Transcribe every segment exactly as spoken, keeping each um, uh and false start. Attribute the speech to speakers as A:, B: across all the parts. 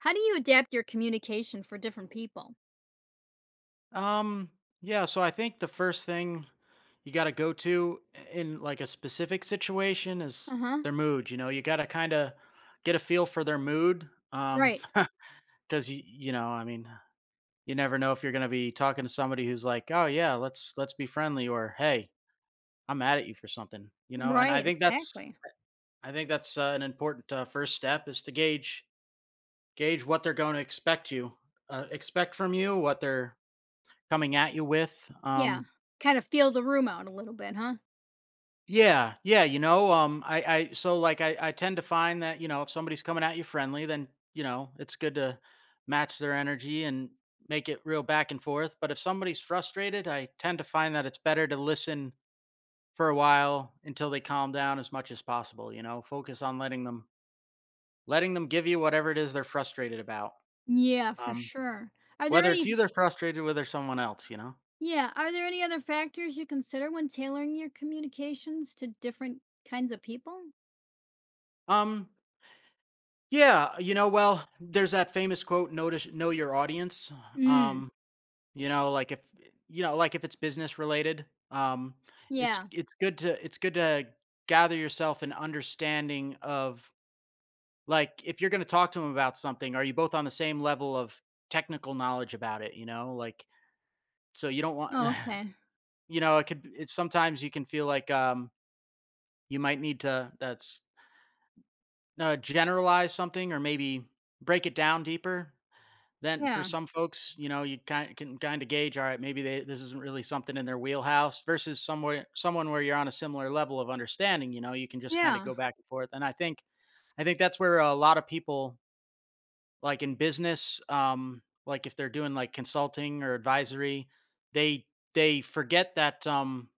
A: How do you adapt your communication for different people?
B: Um, yeah, so I think the first thing you got to go to in like a specific situation is
A: Uh-huh.
B: their mood, you know. You got to kind of get a feel for their mood um
A: Right.
B: cuz you you know, I mean, you never know if you're going to be talking to somebody who's like, "Oh yeah, let's let's be friendly," or "Hey, I'm mad at you for something," you know. And I
A: Right,
B: think that's
A: exactly.
B: I think that's uh, an important uh, first step is to gauge gauge what they're going to expect you uh, expect from you, what they're coming at you with.
A: Yeah.
B: Um
A: Kind of feel the room out a little bit, huh?
B: Yeah, yeah, you know, um, I, I, so like, I, I tend to find that you know, if somebody's coming at you friendly, then you know, it's good to match their energy and make it real back and forth. But if somebody's frustrated, I tend to find that it's better to listen for a while until they calm down as much as possible. You know, focus on letting them, letting them give you whatever it is they're frustrated about.
A: Yeah, for
B: Um,
A: sure. Are there
B: whether it's
A: any
B: you they're frustrated with or someone else, you know.
A: yeah, are there any other factors you consider when tailoring your communications to different kinds of people?
B: Um, yeah, you know, well, there's that famous quote, notice, know your audience.
A: Mm.
B: Um, You know, like, if you know, like, if it's business related, um, it's
A: Yeah.
B: it's good to it's good to gather yourself an understanding of, like, if you're gonna talk to talk to them about something, are you both on the same level of technical knowledge about it, you know? Like, so you don't want
A: Oh, okay.
B: you know, it could it's sometimes you can feel like, um, you might need to that's uh, generalize something or maybe break it down deeper. Then for
A: Yeah.
B: some folks, you know, you kind can kind of gauge, all right, maybe they, this isn't really something in their wheelhouse versus somewhere someone where you're on a similar level of understanding. You know, you can just kind of
A: Yeah.
B: go back and forth. And I think I think that's where a lot of people, like in business, um, like if they're doing like consulting or advisory, they they forget that um,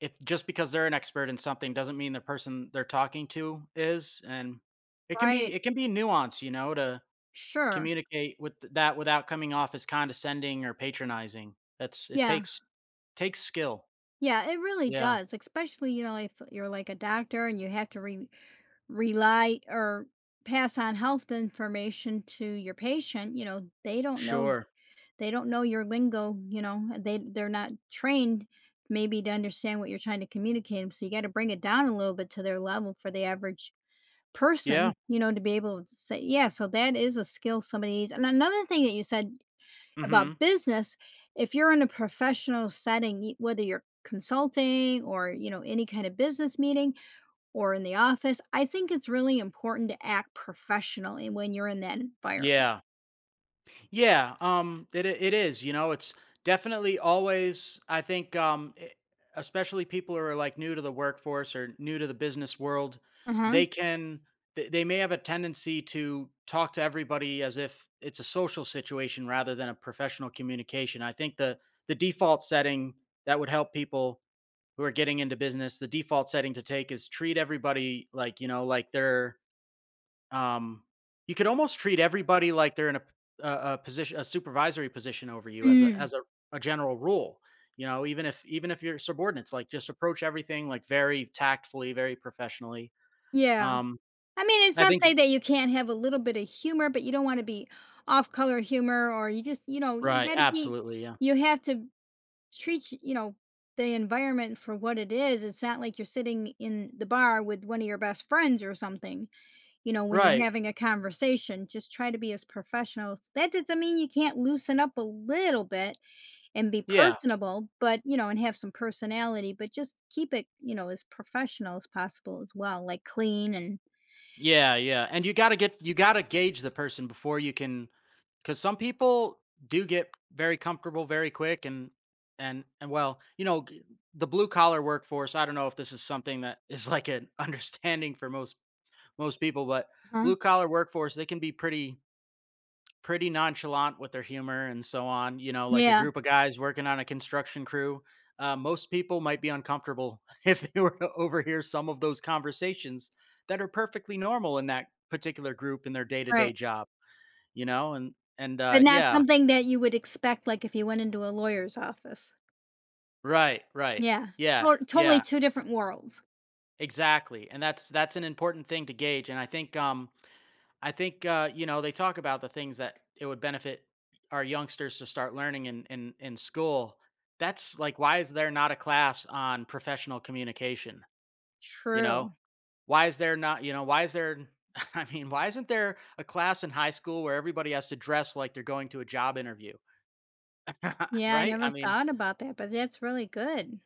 B: if just because they're an expert in something doesn't mean the person they're talking to is, and it can be
A: Right.
B: it can be nuance, you know, to
A: Sure.
B: communicate with th that without coming off as condescending or patronizing. That's it
A: Yeah.
B: takes takes skill.
A: Yeah, it really
B: Yeah.
A: does, especially, you know, if you're like a doctor and you have to re- rely or pass on health information to your patient, you know, they don't know
B: Sure.
A: they don't know your lingo, you know, they they're not trained maybe to understand what you're trying to communicate 'em, so you gotta bring it down a little bit to their level for the average
B: Yeah.
A: person, you know, to be able to say, yeah, so that is a skill somebody needs. And another thing that you said about
B: Mhm.
A: business, if you're in a professional setting, y- whether you're consulting or, you know, any kind of business meeting, or in the office, I think it's really important to act professionally when you're in that environment.
B: Yeah. Yeah, um, it it is. You know, it's definitely always. I think, um, e- especially people who are like new to the workforce or new to the business world,
A: Uh-huh.
B: they can they they may have a tendency to talk to everybody as if it's a social situation rather than a professional communication. I think the the default setting that would help people who are getting into business, the default setting to take is treat everybody like you know like they're um, you could almost treat everybody like they're in a a a position a supervisory position over you as a
A: Mm,
B: as a a general rule, you know, even if even if you're subordinates, like, just approach everything, like, very tactfully, very professionally.
A: yeah.
B: Um,
A: I mean, it's
B: I
A: not to
B: think
A: say that you can't have a little bit of humor, but you don't wanna be off color humor or you just you know, you
B: right,
A: gotta be
B: absolutely, yeah.
A: you have to treat, y- you know, the environment for what it is. It's not like you're sitting in the bar with one of your best friends or something, you know, when you're
B: Right.
A: having a conversation, just try to be as professional. That doesn't mean you can't loosen up a little bit, and be
B: Yeah.
A: personable, but, you know, and have some personality, but just keep it, you know, as professional as possible as well, like clean and
B: Yeah, yeah, and you gotta get you gotta gauge the person before you can because some people do get very comfortable very quick and and and well you know g- the blue collar workforce, I don't know if this is something that is like an understanding for most most people, but
A: uh
B: blue collar workforce they can be pretty pretty nonchalant with their humor and so on, you know, like a
A: yeah,
B: group of guys working on a construction crew, uh, most people might be uncomfortable if they were to overhear some of those conversations that are perfectly normal in that particular group in their day-to-day
A: right.
B: job, you know, and and
A: But
B: uh,
A: not
B: yeah.
A: something that you would expect, like, if you went into a lawyer's office.
B: Right, right.
A: Yeah.
B: Yeah,
A: To totally
B: yeah,
A: two different worlds.
B: exactly, and that's that's an important thing to gauge, and I think, um, I think, uh, you know, they talk about the things that it would benefit our youngsters to start learning in in in school. That's like, why is there not a class on professional communication, you
A: True.
B: know? Why is there not, you know, why is there I mean, why isn't there a class in high school where everybody has to dress like they're going to a job interview,
A: Yeah, I
B: right?
A: never
B: I mean
A: thought about that, but that's really good.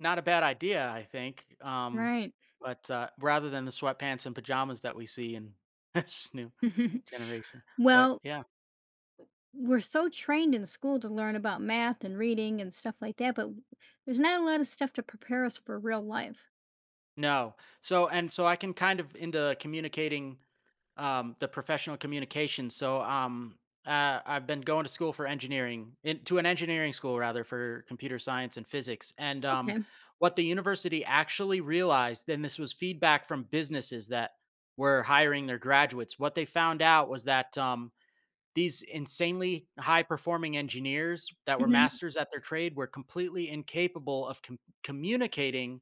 B: not a bad idea, I think, um,
A: Right.
B: but, uh, rather than the sweatpants and pajamas that we see in this new generation, but
A: Well,
B: yeah,
A: we're so trained in school to learn about math and reading and stuff like that, but there's not a lot of stuff to prepare us for real life.
B: no. So and so I can kind of into communicating, um, the professional communication, so, um, uh, I've been going to school for engineering in to an engineering school rather for computer science and physics, and, um,
A: Okay.
B: what the university actually realized, and this was feedback from businesses that were hiring their graduates, what they found out was that, um these insanely high performing engineers that were
A: Mhm.
B: masters at their trade were completely incapable of com- communicating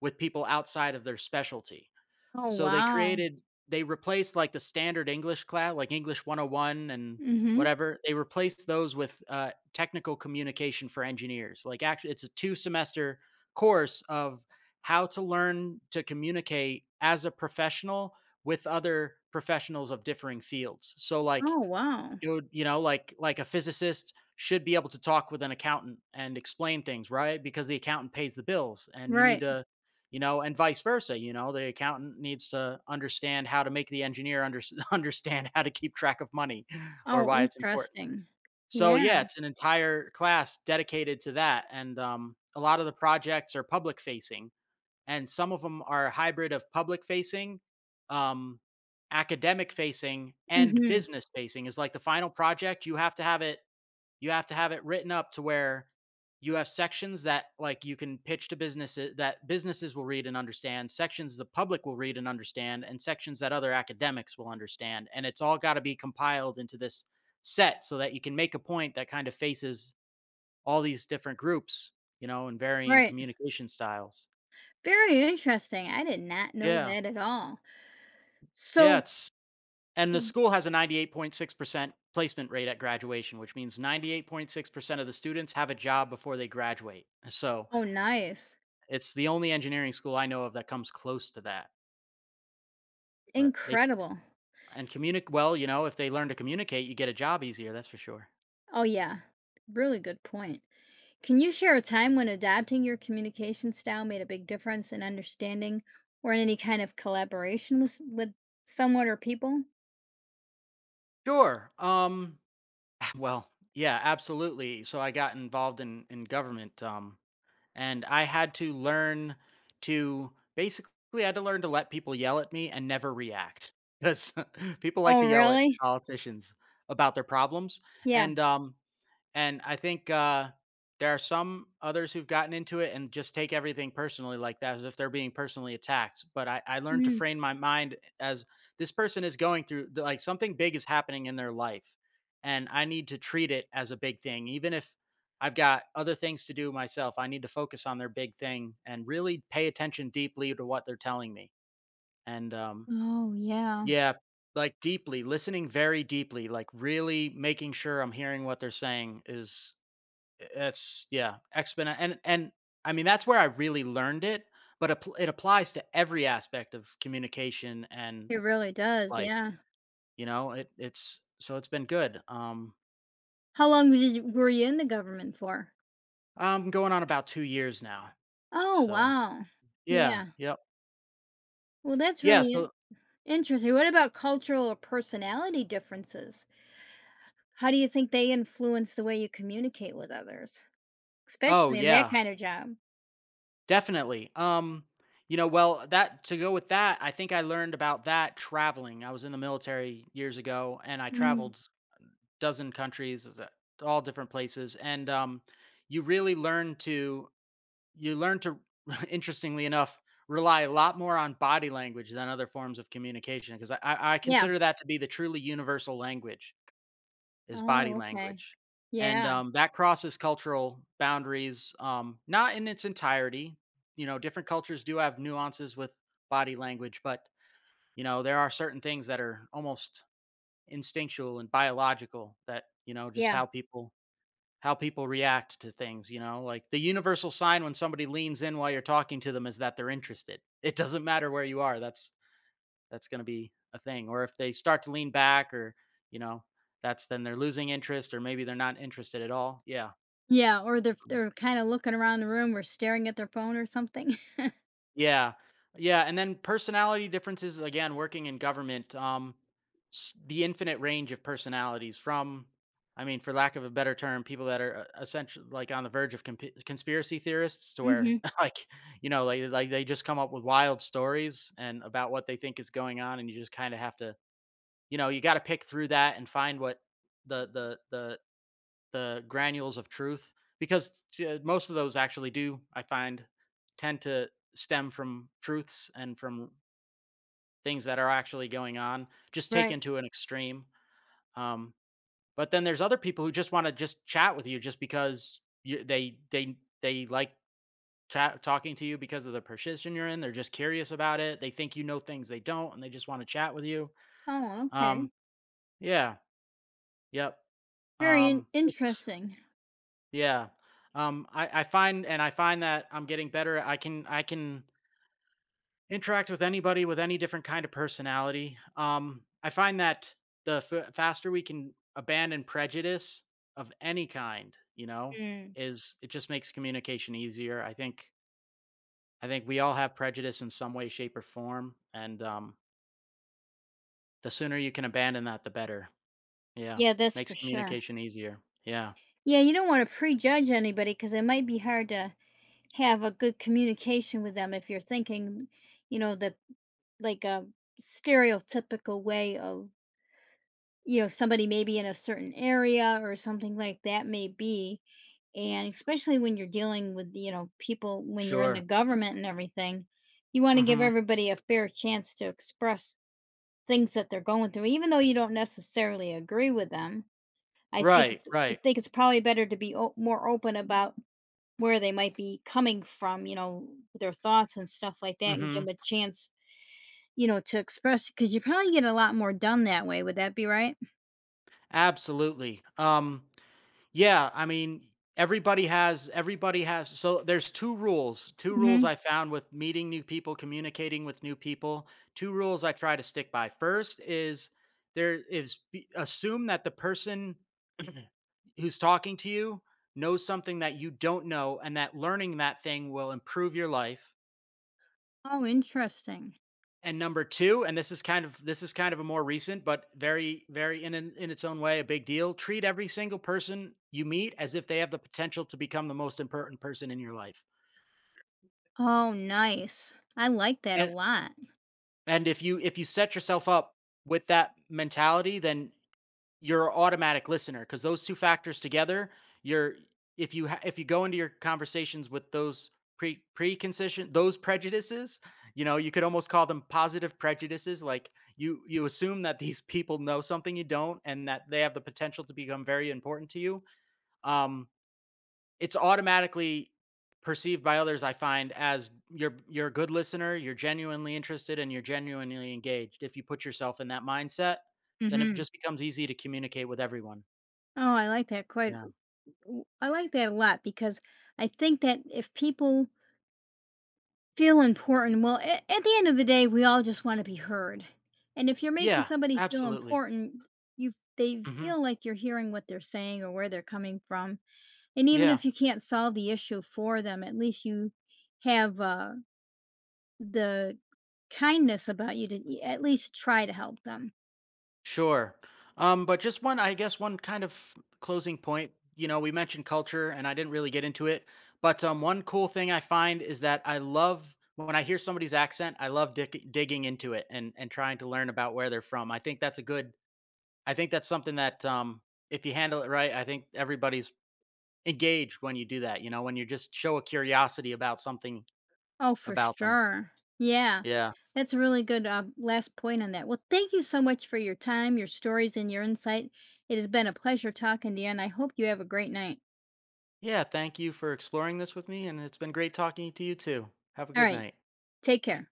B: with people outside of their specialty.
A: Oh,
B: So they
A: wow.
B: created, they replaced like the standard English class, like English one oh one and
A: Mhm.
B: whatever. They replaced those with uh, technical communication for engineers. Like actually, it's a two semester course of how to learn to communicate as a professional with other professionals of differing fields. So, like,
A: Oh, wow.
B: dude, you know, like like a physicist should be able to talk with an accountant and explain things, right? Because the accountant pays the bills and you need
A: Right.
B: to, you know, and vice versa, you know, the accountant needs to understand how to make the engineer under, understand how to keep track of money or
A: Oh,
B: why it's important.
A: interesting.
B: So yeah,
A: Yeah.
B: it's an entire class dedicated to that, and um a lot of the projects are public facing, and some of them are a hybrid of public facing, um academic facing, and
A: Mhm.
B: business facing. Is like the final project, you have to have it you have to have it written up to where you have sections that like you can pitch to businesses that businesses will read and understand, sections the public will read and understand, and sections that other academics will understand, and it's all got to be compiled into this set so that you can make a point that kind of faces all these different groups, you know, and varying
A: Right.
B: communication styles.
A: Very interesting. I did not know
B: Yeah,
A: that at all.
B: yeah
A: So
B: it's And the
A: m
B: school has a ninety-eight point six percent placement rate at graduation, which means ninety-eight point six percent of the students have a job before they graduate. So
A: oh, nice.
B: it's the only engineering school I know of that comes close to that. But they,
A: Incredible.
B: and communicate, well, you know, if they learn to communicate, you get a job easier. That's for sure.
A: Oh, yeah. Really good point. Can you share a time when adapting your communication style made a big difference in understanding or in any kind of collaboration with with someone or people?
B: Sure. Um, well, yeah, absolutely. So I got involved in, in government. Um, and I had to learn to basically I had to learn to let people yell at me and never react because people like
A: Oh,
B: to yell at
A: really?
B: politicians about their problems,
A: Yeah.
B: and um, and I think, uh, there are some others who've gotten into it and just take everything personally like that as if they're being personally attacked. But I, I learned to
A: Mm.
B: frame my mind as this person is going through th- like something big is happening in their life. And I need to treat it as a big thing. Even if I've got other things to do myself, I need to focus on their big thing and really pay attention deeply to what they're telling me. And um,
A: Oh, yeah.
B: yeah, like deeply listening very deeply, like really making sure I'm hearing what they're saying is it's yeah, exponent and and I mean that's where I really learned it, but appl- it applies to every aspect of communication, and
A: It really does,
B: like
A: yeah.
B: you know it it's so it's been good. Um,
A: How long did you were you in the government for?
B: I'm going on about two years now,
A: Oh,
B: so
A: wow.
B: yeah,
A: Yeah.
B: yep,
A: Well, that's
B: yeah.
A: really in
B: So
A: interesting. What about cultural or personality differences? How do you think they influence the way you communicate with others,
B: oh
A: especially in that
B: yeah,
A: kind of job?
B: definitely. Um, you know, well that to go with that, I think I learned about that traveling. I was in the military years ago, and I
A: Mm.
B: traveled dozen countries, is it- all different places, and um, you really learn to you learn to interestingly enough rely a lot more on body language than other forms of communication because I, I I
A: Yeah.
B: consider that to be the truly universal language is body
A: Oh, okay.
B: language, and
A: Yeah.
B: um, that crosses cultural boundaries, um, not in its entirety. You know different cultures do have nuances with body language, but you know there are certain things that are almost instinctual and biological that you know just
A: Yeah.
B: how people how people react to things, you know? Like the universal sign when somebody leans in while you're talking to them is that they're interested. It doesn't matter where you are. That's that's going to be a thing. Or if they start to lean back or, you know, that's then they're losing interest or maybe they're not interested at all. Yeah.
A: Yeah, or they're they're kinda looking around the room or staring at their phone or something.
B: Yeah. Yeah, and then personality differences, again, working in government, um, s the infinite range of personalities from I mean, for lack of a better term, people that are e essentially, like, on the verge of comp conspiracy theorists to where,
A: Mhm.
B: like, you know, like like, they just come up with wild stories and about what they think is going on, and you just kinda have to you know, You gotta pick through that and find what the the the the granules of truth because t- uh, most of those actually do I find tend to stem from truths and from things that are actually going on, just
A: Right.
B: taken to an extreme. um, but then there's other people who just want to just chat with you just because you, they they they like chat, talking to you because of the position you're in. They're just curious about it. They think you know things they don't, and they just want to chat with you.
A: Oh, okay.
B: um, yeah. Yep.
A: Very in
B: um, it's
A: interesting.
B: Yeah. Um, I, I find, and I find that I'm getting better. I can I can interact with anybody with any different kind of personality. Um, I find that the f- faster we can abandon prejudice of any kind, you know,
A: Mm.
B: is it just makes communication easier. I think I think we all have prejudice in some way, shape, or form, and um, the sooner you can abandon that, the better. Yeah,
A: Yeah, that's for
B: makes
A: sure.
B: communication easier. Yeah,
A: Yeah, you don't want to prejudge anybody because it might be hard to have a good communication with them if you're thinking, you know, that like a stereotypical way of, you know, somebody maybe in a certain area or something like that may be. And especially when you're dealing with, you know, people when you're in the
B: sure.
A: government and everything, you want to give
B: Mm-hmm.
A: everybody a fair chance to express things that they're going through, even though you don't necessarily agree with them. I think
B: Right.
A: it's I
B: Right.
A: think it's probably better to be o- more open about where they might be coming from, you know, their thoughts and stuff like that, and give
B: Mm-hmm.
A: them a chance, you know, to express. Because you probably get a lot more done that way, would that be right?
B: Absolutely. Um, yeah, I mean, everybody has everybody has, so there's two rules. Two rules
A: Mhm.
B: I found with meeting new people, communicating with new people. Two rules I try to stick by. First is there is be- assume that the person who's talking to you knows something that you don't know, and that learning that thing will improve your life.
A: Oh, interesting.
B: And number two, and this is kind of this is kind of a more recent, but very, very in in in its own way, a big deal. Treat every single person you meet as if they have the potential to become the most important person in your life.
A: Oh, nice. I like that a
B: And
A: lot.
B: and if you if you set yourself up with that mentality, then you're a automatic listener, because those two factors together, you're, if you ha- if you go into your conversations with those pre preconcision, those prejudices, you know, you could almost call them positive prejudices. Like, you you assume that these people know something you don't, and that they have the potential to become very important to you. Um, it's automatically perceived by others, I find, as you're you're a good listener, you're genuinely interested, and you're genuinely engaged. If you put yourself in that mindset, then it
A: Mhm.
B: just becomes easy to communicate with everyone.
A: Oh, I like that quite
B: Yeah.
A: w I like that a lot because I think that if people feel important well, a at the end of the day, we all just wanna be heard, and if you're making
B: Yeah,
A: somebody feel
B: absolutely.
A: important, you they
B: Mhm.
A: feel like you're hearing what they're saying or where they're coming from. And even
B: Yeah,
A: if you can't solve the issue for them, at least you have, uh, the kindness about you to y at least try to help them.
B: sure. Um, but just one, I guess one kind of closing point, you know, we mentioned culture and I didn't really get into it, but, um, one cool thing I find is that I love when I hear somebody's accent, I love dick digging into it, and and trying to learn about where they're from. I think that's a good I think that's something that, um, if you handle it right, I think everybody's engaged when you do that, you know, when you just show a curiosity about something
A: Oh, for
B: about them.
A: sure. Yeah.
B: Yeah.
A: That's a really good, uh, last point on that. Well, thank you so much for your time, your stories, and your insight. It has been a pleasure talking to you, and I hope you have a great night.
B: Yeah, thank you for exploring this with me, and it's been great talking to you too. Have a good
A: Alright,
B: night.
A: take care.